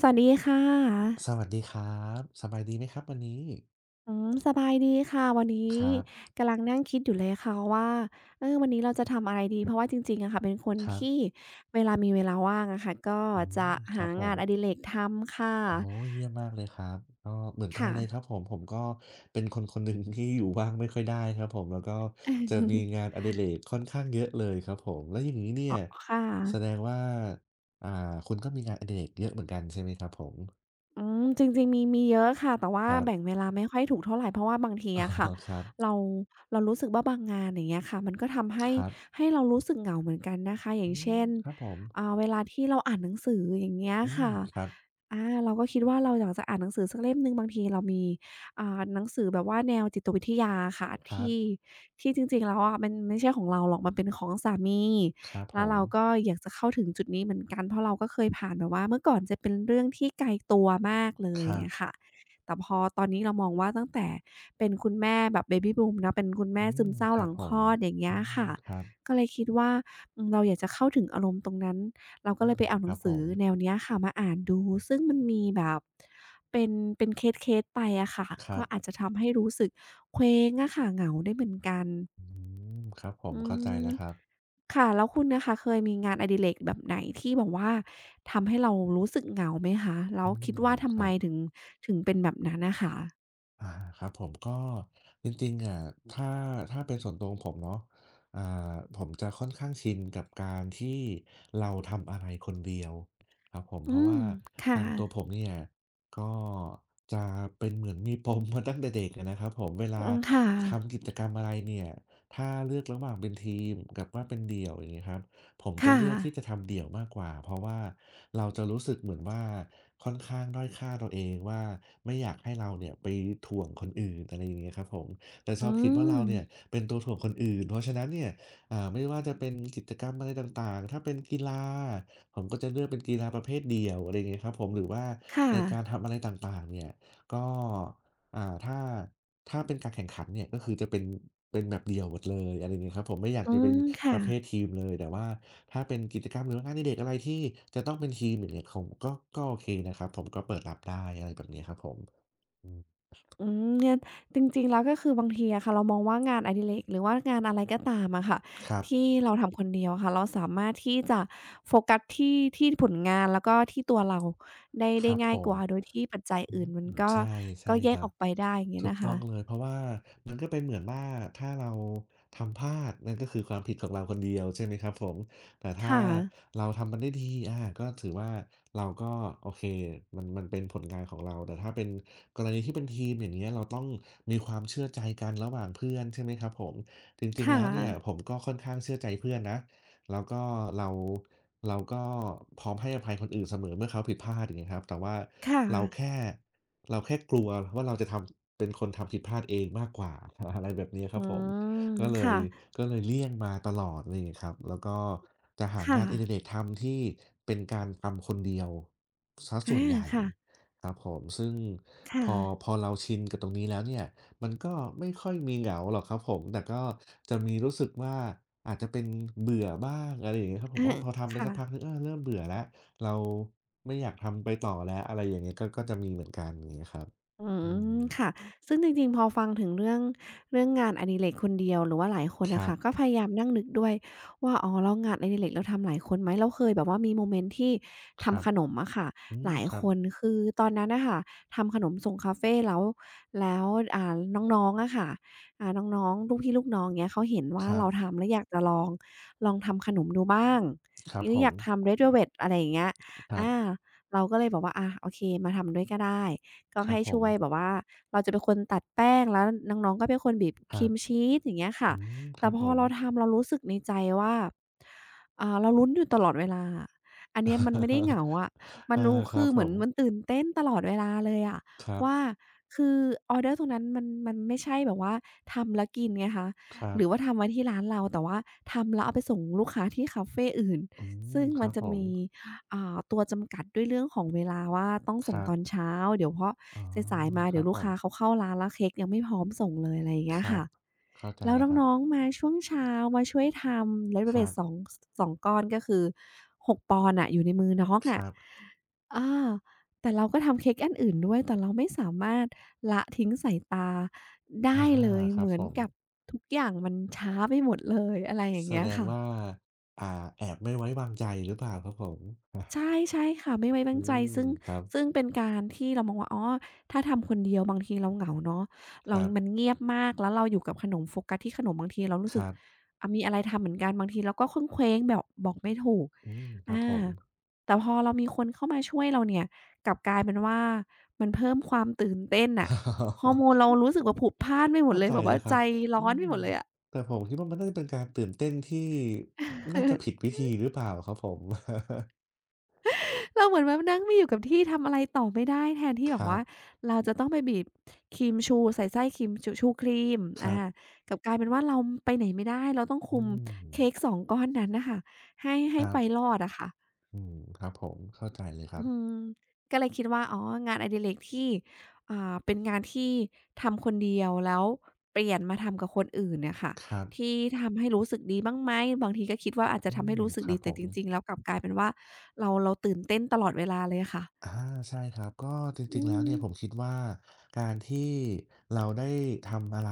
สวัสดีค่ะสวัสดีครับสบายดีไหมครับวันนี้อืมสบายดีค่ะ วันคนี้รับกำลังนั่งคิดอยู่เลยค่ะว่าวันนี้เราจะทำอะไรดี เพราะว่าจริงๆอะค่ะเป็นคนครัที่บเวลามีเวลาว่างอะค่ะก็อืจะมคหารับผงามนอดิเรกทำค่ะอ๋อเยี่ยมมากเลยครับก็เหมือนกันค่ะเลยครับผมก็เป็นคนคนหนึ่งที่อยู่ว่างไม่ค่อยได้ครับผมแล้วก็จะมีงานอดิเรกค่อนข้างเยอะเลยครับผมแล้วอย่างงี้เนี่ยค่ะ แสดงว่าอ่าคุณก็มีงานอดิเรกเยอะเหมือนกันใช่ไหมครับผมอืมจริงๆมีเยอะค่ะแต่ว่าครัแบ่งบเวลาไม่ค่อยถูกเท่าไรเพราะว่าบางทีอ๋ออะค่ะครับเราเรารู้สึกว่าบางงานอย่างเงี้ยค่ะมันก็ทำให้ครับให้เรารู้สึกเหงาเหมือนกันนะคะออืย่างเช่มนครับผมเวลาที่เราอ่านหนังสืออย่างเงี้ยอืมค่ะครับเราก็คิดว่าเราอยากจะอ่านหนังสือสักเล่มหนึ่งบางทีเรามีหนังสือแบบว่าแนวจิตวิทยาอะค่ะครับที่จริงๆแล้วอะมันไม่ใช่ของเราหรอกมันเป็นของสามี ครับผแล้วมเราก็อยากจะเข้าถึงจุดนี้เหมือนกันเพราะเราก็เคยผ่านแบบว่าเมื่อก่อนจะเป็นเรื่องที่ไกลตัวมากเลคยรัอะบค่ะแต่พอตอนนี้เรามองว่าตั้งแต่เป็นคุณแม่แบบ Baby Boom เนาะเป็นคุณอืแม่ซึมมเศร้าคหรับลังผคลมอดอย่างเงี้อืยมค่ะครับ ก็เลยคิดว่าเราอยากจะเข้าถึงอารมณ์ตรงนั้นเราก็อืเลยมไปเอาคหนัรังบผสือมแนวเนี้ยค่ะมาอ่านดูซึ่งมันมีแบบเป็นเป็นเคสๆไปอะค่ะครัก็อาจบจะทำให้รู้สึกเคว้งอะค่ะเหงาได้เหมือนกัน อืมครับผมอืเข้าใจมแล้วครับค่ะแล้วคุณนะคะเคยมีงานอดิเรกแบบไหนที่แบบว่าทำให้เรารู้สึกเหงาไหมคะแล้อืวคิดมว่าคทำรัไมบถึงเป็นแบบนั้นน่ะค่ะอาครับผมก็จริงๆอะถ้าถ้าเป็นส่วนตัวของผมเนาะอ่ผมจะค่อนข้างชินกับการที่เราทำอะไรคนเดียวครับผมอืเพราะมว่าค่ะทางตัวผมเนี่ยก็จะเป็นเหมือนมีปมมาตั้งแต่เด็กอะนะครับผมเวลาอืมค่ะทำกิจกรรมอะไรเนี่ยถ้าเลือกระหว่างเป็นทีมกับว่าเป็นเดี่ยวอย่างงี้ครับ ผมจะค่ะเลือกที่จะทำเดี่ยวมากกว่าเพราะว่าเราจะรู้สึกเหมือนว่าค่อนข้างด้อยค่าตัวเองว่าไม่อยากให้เราเนี่ยไปถ่วงคนอื่นอะไรอย่างเงี้ยครับผมแต่ชออืบคิดว่าเราเนี่ยมเป็นตัวถ่วงคนอื่นเพราะฉะนั้นเนี่ยไม่ว่าจะเป็นกิจกรรมอะไรต่างๆถ้าเป็นกีฬาผมก็จะเลือกเป็นกีฬาประเภทเดี่ยวอะไรอย่างเงี้ยครับผมหรือว่าค่ะในการทำอะไรต่างๆเนี่ยก็อ่าถ้า ถ้าเป็นการแข่งขันเนี่ยก็คือจะเป็นเป็นแบบเดี่ยวหมดเลยอะไรอย่างงี้ครับผมไม่อยากอืจะเป็นมปค่ะ ระเภททีมเลยแต่ว่าถ้าเป็นกิจกรรมหรือว่างานอดิเรกอะไรที่จะต้องเป็นทีมอย่างเงี้ยผมก็โอเคนะครับผมก็เปิดรับได้อะไรแบบนี้ครับผมอืมอืมเนี่ยจริงๆแล้วก็คือบางทีอะค่ะเรามองว่างานอดิเรกหรือว่างานอะไรก็ตามอะค่ะครับที่เราทำคนเดียวอะค่ะเราสามารถที่จะโฟกัสที่ผลงานแล้วก็ที่ตัวเราได้คได้รับง่าผยกมว่าโดยที่ปัจจัยอือื่นมันมก็ใช่ใช่ก็แยคกรัอบ อกไปได้อย่างเงี้ยถูกนะต้องเลคะยเพราะว่ามันก็เป็นเหมือนว่าถ้าเราทำพลาดนั่นก็คือความผิดของเราคนเดียวใช่ไหมครับผมแต่ถ้าค่ะเราทำมันได้ดีอาก็ถือว่าเราก็โอเคมันมันเป็นผลงานของเราแต่ถ้าเป็นกรณีที่เป็นทีมอย่างเงี้ยเราต้องมีความเชื่อใจกันระหว่างเพื่อนใช่ไหมครับผมจริงๆค่ะแล้วเนี่ยผมก็ค่อนข้างเชื่อใจเพื่อนนะ แล้วก็เราเราก็พร้อมให้อภัยคนอื่นเสมอเมื่อเขาผิดพลาดอย่างเงี้ยครับแต่ว่าค่ะเราแค่เราแค่กลัวว่าเราจะทำเป็นคนทำผิดพลาดเองมากกว่า อะไรแบบนี้ครัอืบผมมก็เลยค่ะก็เลยเลี่ยงมาตลอดอะไรอย่างเงี้ยครับแล้วก็จะหาค่ะงานอดิเรกทำที่เป็นการทำคนเดียวเสียส่อาวนใหญ่ค่ะครับผมซึ่งพค่ะ อพอเราชินกับตรงนี้แล้วเนี่ย มันก็ไม่ค่อยมีเหงาหรอกครับผม แต่ก็จะมีรู้สึกว่าอาจจะเป็นเบื่อบ้างอะไรอย่างเงี้ยครับ ผมอาว่าะพอทำไปค่ะ สักพักหนึ่งเออเริ่มเบื่อแล้ว เราไม่อยากทำไปต่อแล้วอะไรอย่างเงี้ยก็จะมีเหมือนกันอย่างเงี้ยครับอือืมมค่ะซึ่งจริงๆพอฟังถึงเรื่องงานอดิเรกคนเดียวหรือว่าหลายคนคน่ะรัค่ะก็บพยายามนั่งนึกด้วยว่าอ๋อแล้วงานอดิเรกเราทำหลายคนไหมเราเคยแบบว่ามีโมเมนต์ที่ครับทำขนมอะค่ะอืหมลายครัคบนคือตอนนั้นน่ะค่ะทำขนมส่งคาเฟแล้วแล้วอ่าน้องๆอะค่ะอ่าน้องๆลูกพี่ลูกน้องเงี้ยเขาเห็นคว่ารับเราทำแล้วอยากจะลองทำขนมดูบ้างคหรับรือผอมยากทำ Red Velvet อะไรอย่างเงี้ยครัอาบเราก็เลยบอกว่าอะโอเคมาทำด้วยก็ได้ ก็ครับให้ผมช่วยแบบว่าเราจะเป็นคนตัดแป้งแล้วน้องๆก็เป็นคนบีบคครัรีบมชีสอย่างเงี้ยค่ะอืมคแต่รับพผอม เราทำเรารู้สึกในใจว่าเราลุ้นอยู่ตลอดเวลาอะอันเนี้ยมันไม่ได้เหงาอะ เอมันอรู้ครัคืบอผเหมือนมมันตื่นเต้นตลอดเวลาเลยอะครัว่าบคือออร์เดอร์ตรงนั้นมันไม่ใช่แบบว่าทำแล้วกินไงคะครัหรือว่าบทำไว้ที่ร้านเราแต่ว่าทำแล้วเอาไปส่งลูกค้าที่คาเฟอื่นอืมซึ่งคมัรันบจะผมมี ตัวจำกัดด้วยเรื่องของเวลาว่าต้องคส่งรับตอนเช้าเดี๋ยวเพราะอ๋อสายๆมาคเดี๋รัยบวลูผกม ค้าเขาเข้าร้านแล้วเค้กยังไม่พร้อมส่งเลยอะไรอย่างเงี้คยรับ ค่ะเข้าใจแล้วแล้วครับ น้องๆมาช่วงเช้ามาช่วยทำ Red ครั Velvet สองบส2ก้อนก็คือ6ปอนด์อะอยู่ในมือน้องคอะรับอาแต่เราก็ทำเค้กอันอื่นด้วยแต่เราไม่สามารถละทิ้งสายตาอาได้เลยครัเหบมือผนม กับทุกอย่างมันช้าไปหมดเลยอะไรอย่างแสเงี้ยดงค่ะ ว่าอ่าแอบไม่ไว้วางใจหรือเปล่าครับผมอาใช่ใช่ค่ะไม่ไว้อืวางใจมซึ่งครับซึ่งเป็นการที่เรามองว่าอ๋อถ้าทำคนเดียวบางทีเราเหงาเนาะคเรารับมันเงียบมากแล้วเราอยู่กับขนมโฟกัสที่ขนมบางทีเรารู้คสึกรับอะมีอะไรทำเหมือนกันบางทีเราก็เคว้งเควงแบบบอกไม่ถูกอืมครับอาผม แต่พอเรามีคนเข้ามาช่วยเราเนี่ยกลับกลายเป็นว่ามันเพิ่มความตื่นเต้นน่ะฮ อร์โมนเรารู้สึกว่าผุดพล่านไปหมดเข้าเลยใจแบบแล้ว่าวครัใจบอืร้อนไปมหมดเลยอะ แต่ผมคิดว่ามันน่าจะเป็นการตื่นเต้นที่ น่าจะผิดวิธีหรือเปล่าครับผม เราเหมือนแบบนั่งมีอยู่กับที่ทำอะไรต่อไม่ได้แทนที่ คแบบรัว่าบ เราจะต้องไปบีบครีมชูใส่ไส้ครีมชูชูครีมครับกลับกลายเป็นว่าเราไปไหนไม่ได้เราต้องอืคุมมเค้กสองก้อนนั้นน่ะค่ะให้คให้รัไปบรอดอะค่ะอืมครับผม เข้าใจเลยครัอืบ มก็เลยคิดว่าอ๋องานอดิเรกที่เป็นงานที่ทำคนเดียวแล้วเปลี่ยนมาทำกับคนอื่นเนี่ยค่ะครับที่ทำให้รู้สึกดีบ้างไหมบางทีก็คิดว่าอาจจะอืทำให้มรู้สึคกรัดีบผแต่ม จริงๆแล้วกลับกลายเป็นว่าเราตื่นเต้นตลอดเวลาเลยอะค่ะ อาใช่ครับก็จริอืงๆแล้วมเนี่ยผมคิดว่าการที่เราได้ทำอะไร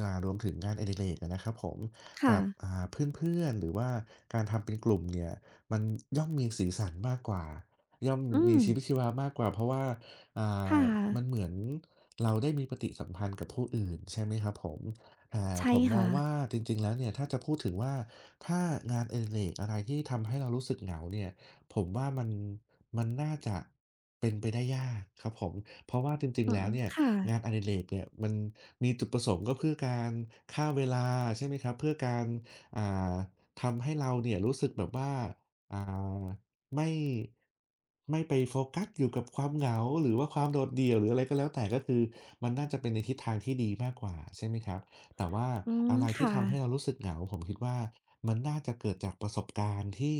รวมถึงงานอดิเรกอะนะครับผมค่ะกับเพื่อนๆหรือว่าการทำเป็นกลุ่มเนี่ยมันย่อมมีสีสันมากกว่าย่อมอืมีมชีวิตชีวามากกว่าเพราะว่าอ่าค่ะ มันเหมือนเราได้มีปฏิสัมพันธ์กับผู้อื่นใช่ไหมครับผมแต่ใช่ผมมองค่ะว่าจริงๆแล้วเนี่ยถ้าจะพูดถึงว่าถ้างานอดิเรกอะไรที่ทำให้เรารู้สึกเหงาเนี่ย ผมว่ามันน่าจะเป็นไปได้ยากครับผมเพราะว่าจริงอืๆแล้มวเนี่ยค่ะงานอดิเรกเนี่ยมันมีจุดประสงค์ก็เพื่อการฆ่าเวลาใช่ไหมครับเพื่อการอ่าทำให้เราเนี่ยรู้สึกแบบว่าอ่าไม่ไม่ไปโฟกัสอยู่กับความเหงาหรือว่าความโดดเดี่ยวหรืออะไรก็แล้วแต่ก็คือมันน่าจะเป็นในทิศทางที่ดีมากกว่าใช่ไหมครับ แต่ว่าอืมอะไรที่ค่ะ ทำให้เรารู้สึกเหงาผมคิดว่ามันน่าจะเกิดจากประสบการณ์ที่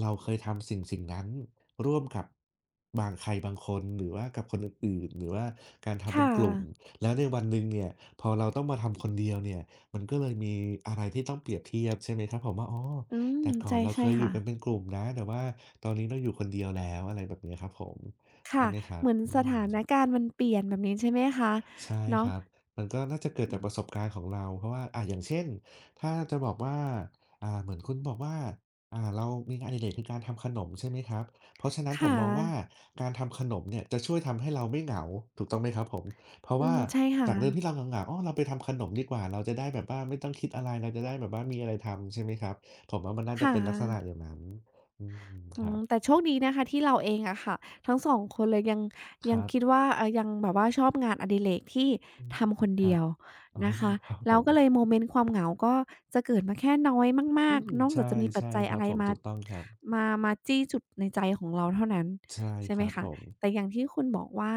เราเคยทำสิ่งนั้นร่วมกับบางใครบางคนหรือว่ากับคนอื่นๆหรือว่าการทำเป็นค่ะกลุ่มแล้วในวันหนึ่งเนี่ยพอเราต้องมาทำคนเดียวเนี่ยมันก็เลยมีอะไรที่ต้องเปรียบเทียบใช่ไหมครับผมว่าอ๋ออืมแต่ก่อใช่นเราเคใช่ยอค่ะ ยู่กันเป็นกลุ่มนะแต่ว่าตอนนี้เราอยู่คนเดียวแล้วอะไรแบบเนี้ยครับผมใช่ค่ะไหมครับเหมือนอืสถานม การณ์มันเปลี่ยนแบบนี้ใช่ไหมคะใช่คเนาะรับมันก็น่าจะเกิดจากประสบการณ์ของเราเพราะว่าอย่างเช่น ถ้าจะบอกว่าเหมือนคุณบอกว่าเรามีงานอดิเรกคือการทำขนมใช่ไหมครับเพราะฉะนั้นผมค่ะมองว่าการทำขนมเนี่ยจะช่วยทำให้เราไม่เหงา ถูกต้องไหมครับผม เพราะอืว่ามใช่ค่ะ จากเดิมที่เราเหงาๆอ้อเราไปทำขนมดีกว่า เราจะได้แบบว่าไม่ต้องคิดอะไรเราจะได้แบบว่ามีอะไรทำใช่ไหมครับผมว่ามันน่าจะค่เป็นลักษณะะ อย่างนั้นอืมคอืรัมบแต่โชคดีนะคะที่เราเองอะค่ะทั้งสองคนเลยยังคยังรับคิดว่ายังแบบว่าชอบงานอดิเรกที่อืมทำคนคเดีรับ ยว อ๋อนะคะครับผแล้วมก็เลยโมเมนต์ความเหงาก็จะเกิดมาแค่น้อยมาอืกมๆนอกจากใช่จะมีปัจใช่จัยครัอะบไรผมมาถูกต้องครับ มามาจี้จุดในใจของเราเท่านั้นใช่ใช่คไหมรับผคะมแต่อย่างที่คุณบอกว่า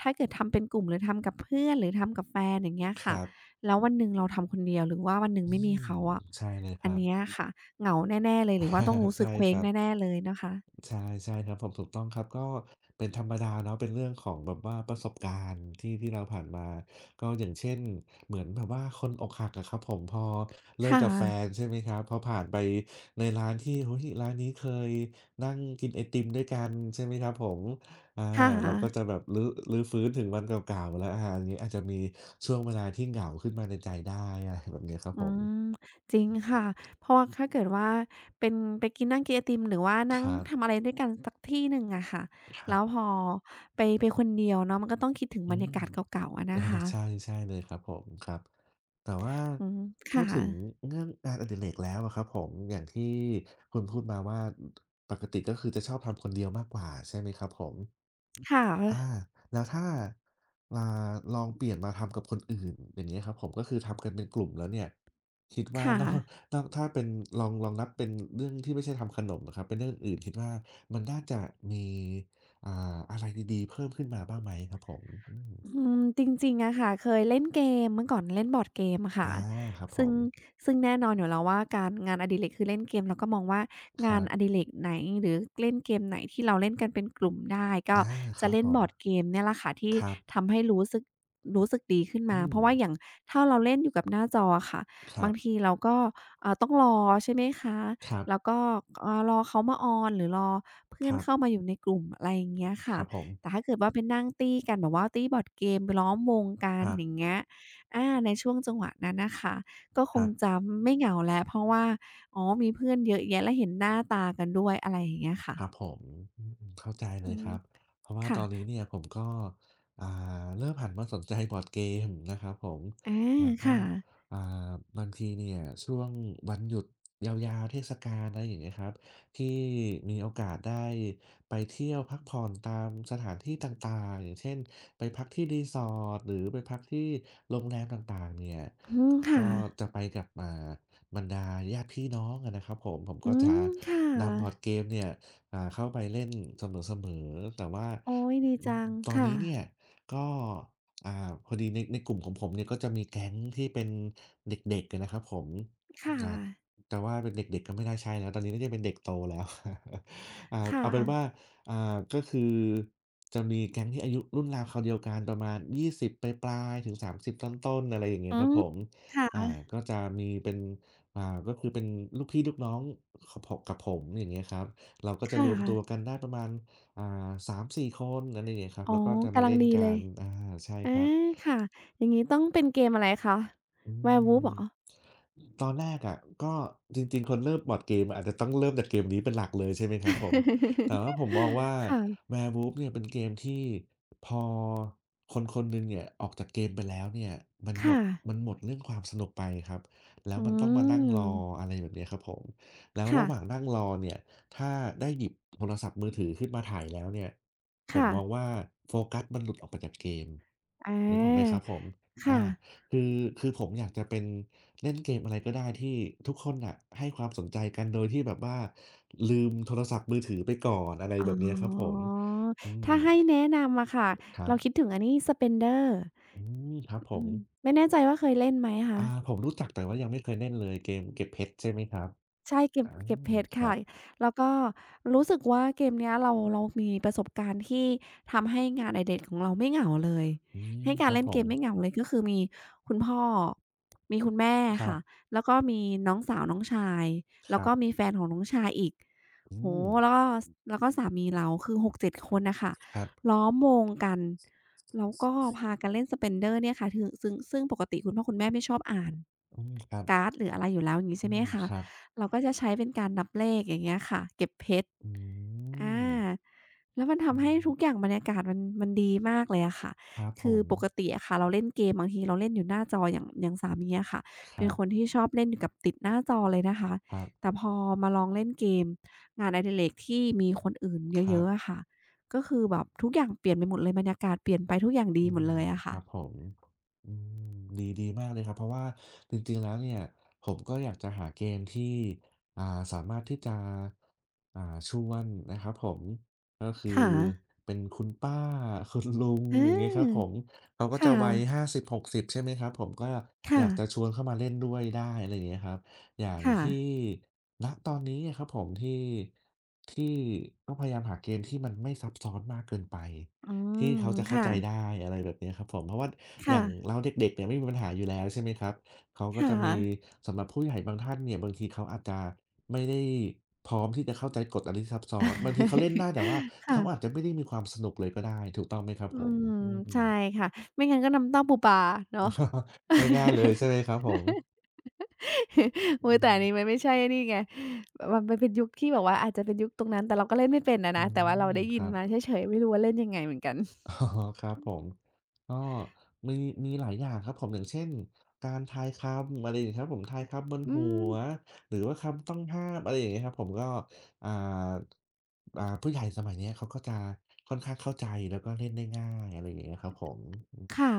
ถ้าเกิดทำเป็นกลุ่มหรือทำกับเพื่อนหรือทำกับแฟนอย่างเงี้ยคค่ะ รับแล้ววันหนึ่งเราทำคนเดียวหรือว่าวันหนึ่งอืไม่มีมเขาอะใช่เลยคอันรับ เนี้ยค่ะเหงาแน่ๆเลยหรือว่าต้องรู้ สึใช่กเคคว้งรับ แน่ๆเลยนะคะ ใช่ใช่ครับผมถูกต้องครับก็เป็นธรรมดาเนาะเป็นเรื่องของแบบว่าประสบการณ์ที่เราผ่านมาก็อย่างเช่นเหมือนแบบว่าคนอกหักอะครับผมพอเลิกค่ะกับแฟนใช่ไหมครับพอผ่านไปในร้านที่โอ้โฮร้านนี้เคยนั่งกินไอติมด้วยกันใช่ไหมครับผมอาค่ะเราก็จะแบบรื้อฟื้นถึงวันเก่าๆแล้วอาอันนี้อาจจะมีช่วงเวลาที่เหงาขึ้นมาในใจได้อะไรแบบนี้ครับอืผมมจริงค่ะ เพราะว่าถ้าเกิดว่าเป็นไปกินนั่งกินไอติมหรือว่านั่คงรับทำอะไรด้วยกันสักที่หนึ่งอะค่ะ ครัแล้บวพอไปไปคนเดียวเนาะมันก็ต้องคิดถึงบรอืรยาม กาศเก่าๆอะ นะอ๋อคะใช่ใช่เลยครับผมครับแต่ว่าอืมพูค่ะดถึงเรื่องงานอดิเรกแล้วอะครับผมอย่างที่คุณพูดมาว่าปกติก็คือจะชอบทำคนเดียวมากกว่าใช่ไหมครับผมค่ะอาแล้วถ้าอ่าลองเปลี่ยนมาทำกับคนอื่นอย่างเงี้ยครับผมก็คือทำกันเป็นกลุ่มแล้วเนี่ยคิดว่าค่ะ นอก ถ้าเป็นลองนับเป็นเรื่องที่ไม่ใช่ทำขนมอะครับเป็นเรื่องอื่นคิดว่ามันน่าจะมีอะไรดีๆเพิ่มขึ้นมาบ้างไหมครับผมอืมอืมจริงๆอะค่ะเคยเล่นเกมเมื่อก่อนเล่นบอร์ดเกมอะอาค่ะครับผซึ่งม ซึ่งแน่นอนอยู่แล้วว่าการงานอดิเรกคือเล่นเกมเราก็มองว่าคงารันอดิบเรกไหนหรือเล่นเกมไหนที่เราเล่นกันเป็นกลุ่มได้ก็อาคจะรับเล่ผนบมอร์ดเกมเนี่ยแหละค่ะที่ครับทำให้รู้สึกรู้สึกดีขึ้นมาอืเพมราะว่าอย่างถ้าเราเล่นอยู่กับหน้าจออะค่ะครับางทีบเราก็ต้องรอใช่ไหมคะครัแล้วบก็รอเขามาออนหรือรอเพื่คอนรัเข้ามาบอยู่ในกลุ่มอะไรอย่างเงี้ยคค่ะ รับผมแต่ถ้าเกิดว่าไปนั่งตี้กันแบบว่าตี้บอร์ดเกมไปล้อมวงกัคนรับอย่างเงี้ยในช่วงจังหวะนั้นน่ะค่ะก็คครังบ จะไม่เหงาแล้วเพราะว่าอ๋อมีเพื่อนเยอะแยะและเห็นหน้าตากันด้วยอะไรอย่างเงี้ยค่ะครับผมอืมเข้าใจเลอืยคมรับเพราะว่าตค่ะอนนี้เนี่ยผมก็อ่เริ่มหันมาสนใจ บอร์ดเกมนะครับผมอาแล้วก็ค่ะอ่าบางทีเนี่ยช่วงวันหยุดยาวๆเทศกาลอะไรอย่างเงี้ยครับที่มีโอกาสได้ไปเที่ยวพักผ่อนตามสถานที่ต่างๆอย่างเช่นไปพักที่ Resort หรือไปพักที่โรงแรมต่างๆเนี่ยอืขมค่ะก็จะไปกับบรรดาญาติพี่น้องอะนะครับผมผมอืก็จะมค่นำบอร์ดะเกมเนี่ย เข้าไปเล่นเสมอๆแต่ว่าโอ๊ยดีอืมจังตอนค่ะนี้เนี่ยก็อ่าพอดีในกลุ่มของผมเนี่ยก็จะมีแก๊งที่เป็นเด็กๆอะนะครับผมค่ะอ่าแต่ว่าเป็นเด็กๆก็ไม่น่าใช่แล้วตอนนี้น่าจะเป็นเด็กโตแล้ว ค่เอาเป็นว่าะอ่าก็คือจะมีแก๊งที่อายุรุ่นราวคราวเดียวกันประมาณ20ปลายๆถึง30ต้นๆอะไรอย่างเงี้อืยครับมผมอ่าค่ะก็จะมีเป็นอ่าก็คือเป็นลูกพี่ลูกน้องขผกับผมอย่างเงี้ยครับ เราก็คจะรวมตัว่ะกันได้ประมาณอ่า3-4คนอะไรอย่างเงี้ยครับอ๋อแล้วก็จะมากำลังเล่นดีเลกัยนอาใช่อาครับ ค่ะอย่างงี้ต้องเป็นเกมอะไรคะ อื werewolf เหรมอ ตอนแรกอะก็จริงๆคนเริ่มบอร์ดเกมอาจจะต้องเริ่มจากเกมนี้เป็นหลักเลยใช่ไหมครับผมแต่ว่าผมมองว่า ค่ะ Werewolf เนี่ยเป็นเกมที่พอคนหนึ่งเนี่ยออกจากเกมไปแล้วเนี่ยมันหมค่ะดมันหมดเรื่องความสนุกไปครับแล้วอืมันต้องมานั่งรอมอะไรแบบเนี้ยครับผมแล้วค่ะระหว่างนั่งรอเนี่ยถ้าได้หยิบโทรศัพท์มือถือขึ้นมาถ่ายแล้วเนี่ยผมค่ะมองว่าโฟกัสมันหลุดออกไปจากเกมนึกออกไหมครัอาบผมอา ค่ะคือคือผมอยากจะเป็นเล่นเกมอะไรก็ได้ที่ทุกคนน่ะให้ความสนใจกันโดยที่แบบว่าลืมโทรศัพท์มือถือไปก่อนอะไรอ๋อแบบเนี้ยครับผมอืมถ้าให้แนะนำอะค่ะ ครัเราคิดบถึงอันนี้ Spender อืมครับผอืมมไม่แน่ใจว่าเคยเล่นไหมคะ ผมรู้จักแต่ว่ายังไม่เคยเล่นเลยเกมเก็บเพชรใช่ไหมครับใช่เก็บอาเก็บเพชรครัค่ะบแล้วก็รู้สึกว่าเกมเนี้ยเรามีประสบการณ์ที่ทำให้งานอดิเรกของเราไม่เหงาเลยอืมให้คการรับเล่นผเกมมไม่เหงาเลยก็คือมีคุณพ่อมีคุณแม่ครับค่ะแล้วก็มีน้องสาวน้องชายคแล้วรัก็มีบแฟนของน้องชายอีกอืโอ้มโฮแล้วก็สแล้วก็สามีเราคือหกเจ็ดคนน่ะค่ะครับล้อมวงกันแล้วก็พากันเล่น Spender เนี่ยค่ะถึซึ่งปกติคุณพ่อคุณแม่ไม่ชอบอ่านอืมครับการ์ดหรืออะไรอยู่แล้วอย่างงี้อืใช่ไหมมคะ ครับเราก็จะใช้เป็นการนับเลขอย่างเงี้ยค่ะเก็บเพชรอือามแล้วมันอืทำให้มทุกอย่างบรรยากาศมันดีมากเลยอะค่ะครับผคือมปกติอะค่ะเราเล่นเกมบางทีเราเล่นอยู่หน้าจออย่างสามีอะค่ะคเป็รันบคนที่ชอบเล่นอยู่กับติดหน้าจอเลยนะคะครับแต่พอมาลองเล่นเกมงานอดิเรกที่มีคนอื่นครัเยบ อะๆอะค่ะก็คือแบบทุกอย่างเปลี่ยนไปหมดเลยบรรยากาศเปลี่ยนไปทุกอย่างดีอืหมดเลมยอะคค่ะรับผมอืมดีดีมากเลยครับเพราะว่าจริงๆแล้วเนี่ยผมก็อยากจะหาเกมที่อ่าสามารถที่จะชวนนะครับผมก็คือค่ะเป็นคุณป้าคุณลุงอาอย่างงี้ครับผมเขาก็จะค่ะวัย50-60ใช่ไหมครับผมก็อค่ะยากจะชวนเข้ามาเล่นด้วยได้อะไรอย่างเงี้ยครับอย่างค่ะค่ะที่ณตอนนี้อะครับผมที่ที่ต้องพยายามหาเกมที่มันไม่ซับซ้อนมากเกินไป อืที่มเขาจะเข้าค่ะใจได้อะไรแบบเนี้ยครับผมเพราะว่าอค่ะ ย่างเราเด็กๆเนี่ยไม่มีปัญหาอยู่แล้วใช่ไหมครับเขาก็จะค่ะ มีสำหรับผู้ใหญ่บางท่านเนี่ยบางทีเขาอาจจะไม่ได้พร้อมที่จะเข้าใจกฎอะไรที่ซับซ้อนบางทีเขาเล่นได้แต่ว่า เขาอาจจะค่ะ ไม่ได้มีความสนุกเลยก็ได้ถูกต้องไหมครับอืผมมอืม ใช่ค่ะ ไม่งั้นก็น้ำเต้าปูปลาเนาะ ง่ายๆเลย ใช่ไหมครับผมโอุ๊ยแต่อันนี้มันไม่ใช่นี่ไง มันเป็นยุคที่แบบว่าอาจจะเป็นยุคตรงนั้น แต่เราก็เล่นไม่เป็นนะอืนะ แต่ว่าเรามได้คยินรับ มาเฉยๆ ไม่รู้ว่าเล่นยังไงเหมือนกัน อ๋อครับผมก็มีมีหลายอย่างครับผมอย่างเช่นการทายคำอะไรอย่างงี้ครับผมทายคำบนอืหัม วหรือว่าคำต้องห้ามอะไรอย่างเงี้ยครับผมก็อ่าผู้ใหญ่สมัยเนี้ยเขาก็จะค่อนข้างเข้าใจแล้วก็เล่นได้ง่ายอะไรอย่างเงี้ยครับผมค่ะ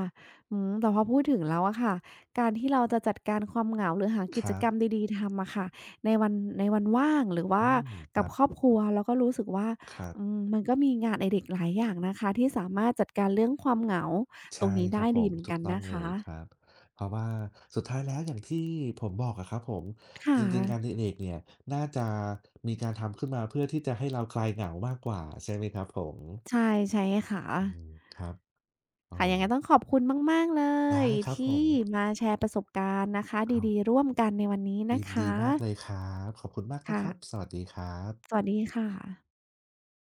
อืมแต่พอพูดถึงแล้วอะค่ะการที่เราจะจัดการความเหงาหรือหาคกิจรักบรรมดีๆทำอะค่ะในวันในวันว่างหรือว่าอืมคกับรับครอบครัวเราก็รู้สึกว่าครับ อืมมันก็มีงานอดิเรกหลายอย่างนะคะที่สามารถจัดการเรื่องความเหงาตรงใช่นี้ครัได้บผดีมเหมือนถูกักนต้องนะเลคะยครับเพราะว่าสุดท้ายแล้วอย่างที่ผมบอกอะครับผมจค่ะริงๆงานอดิเรกเนี่ยน่าจะมีการทำขึ้นมาเพื่อที่จะให้เราคลายเหงามากกว่าใช่ไหมครับผมใช่ใช่ค่ะอืมครับโอ้ค่ะยังไงต้องขอบคุณมากๆเลได้ยครับผที่มมาแชร์ประสบการณ์นะคะอ้าวดีๆร่วมกันในวันนี้นะยินดีคะมากเลยครับขอบคุณมากนะค่ะครับสวัสดีครับสวัสดีค่ะ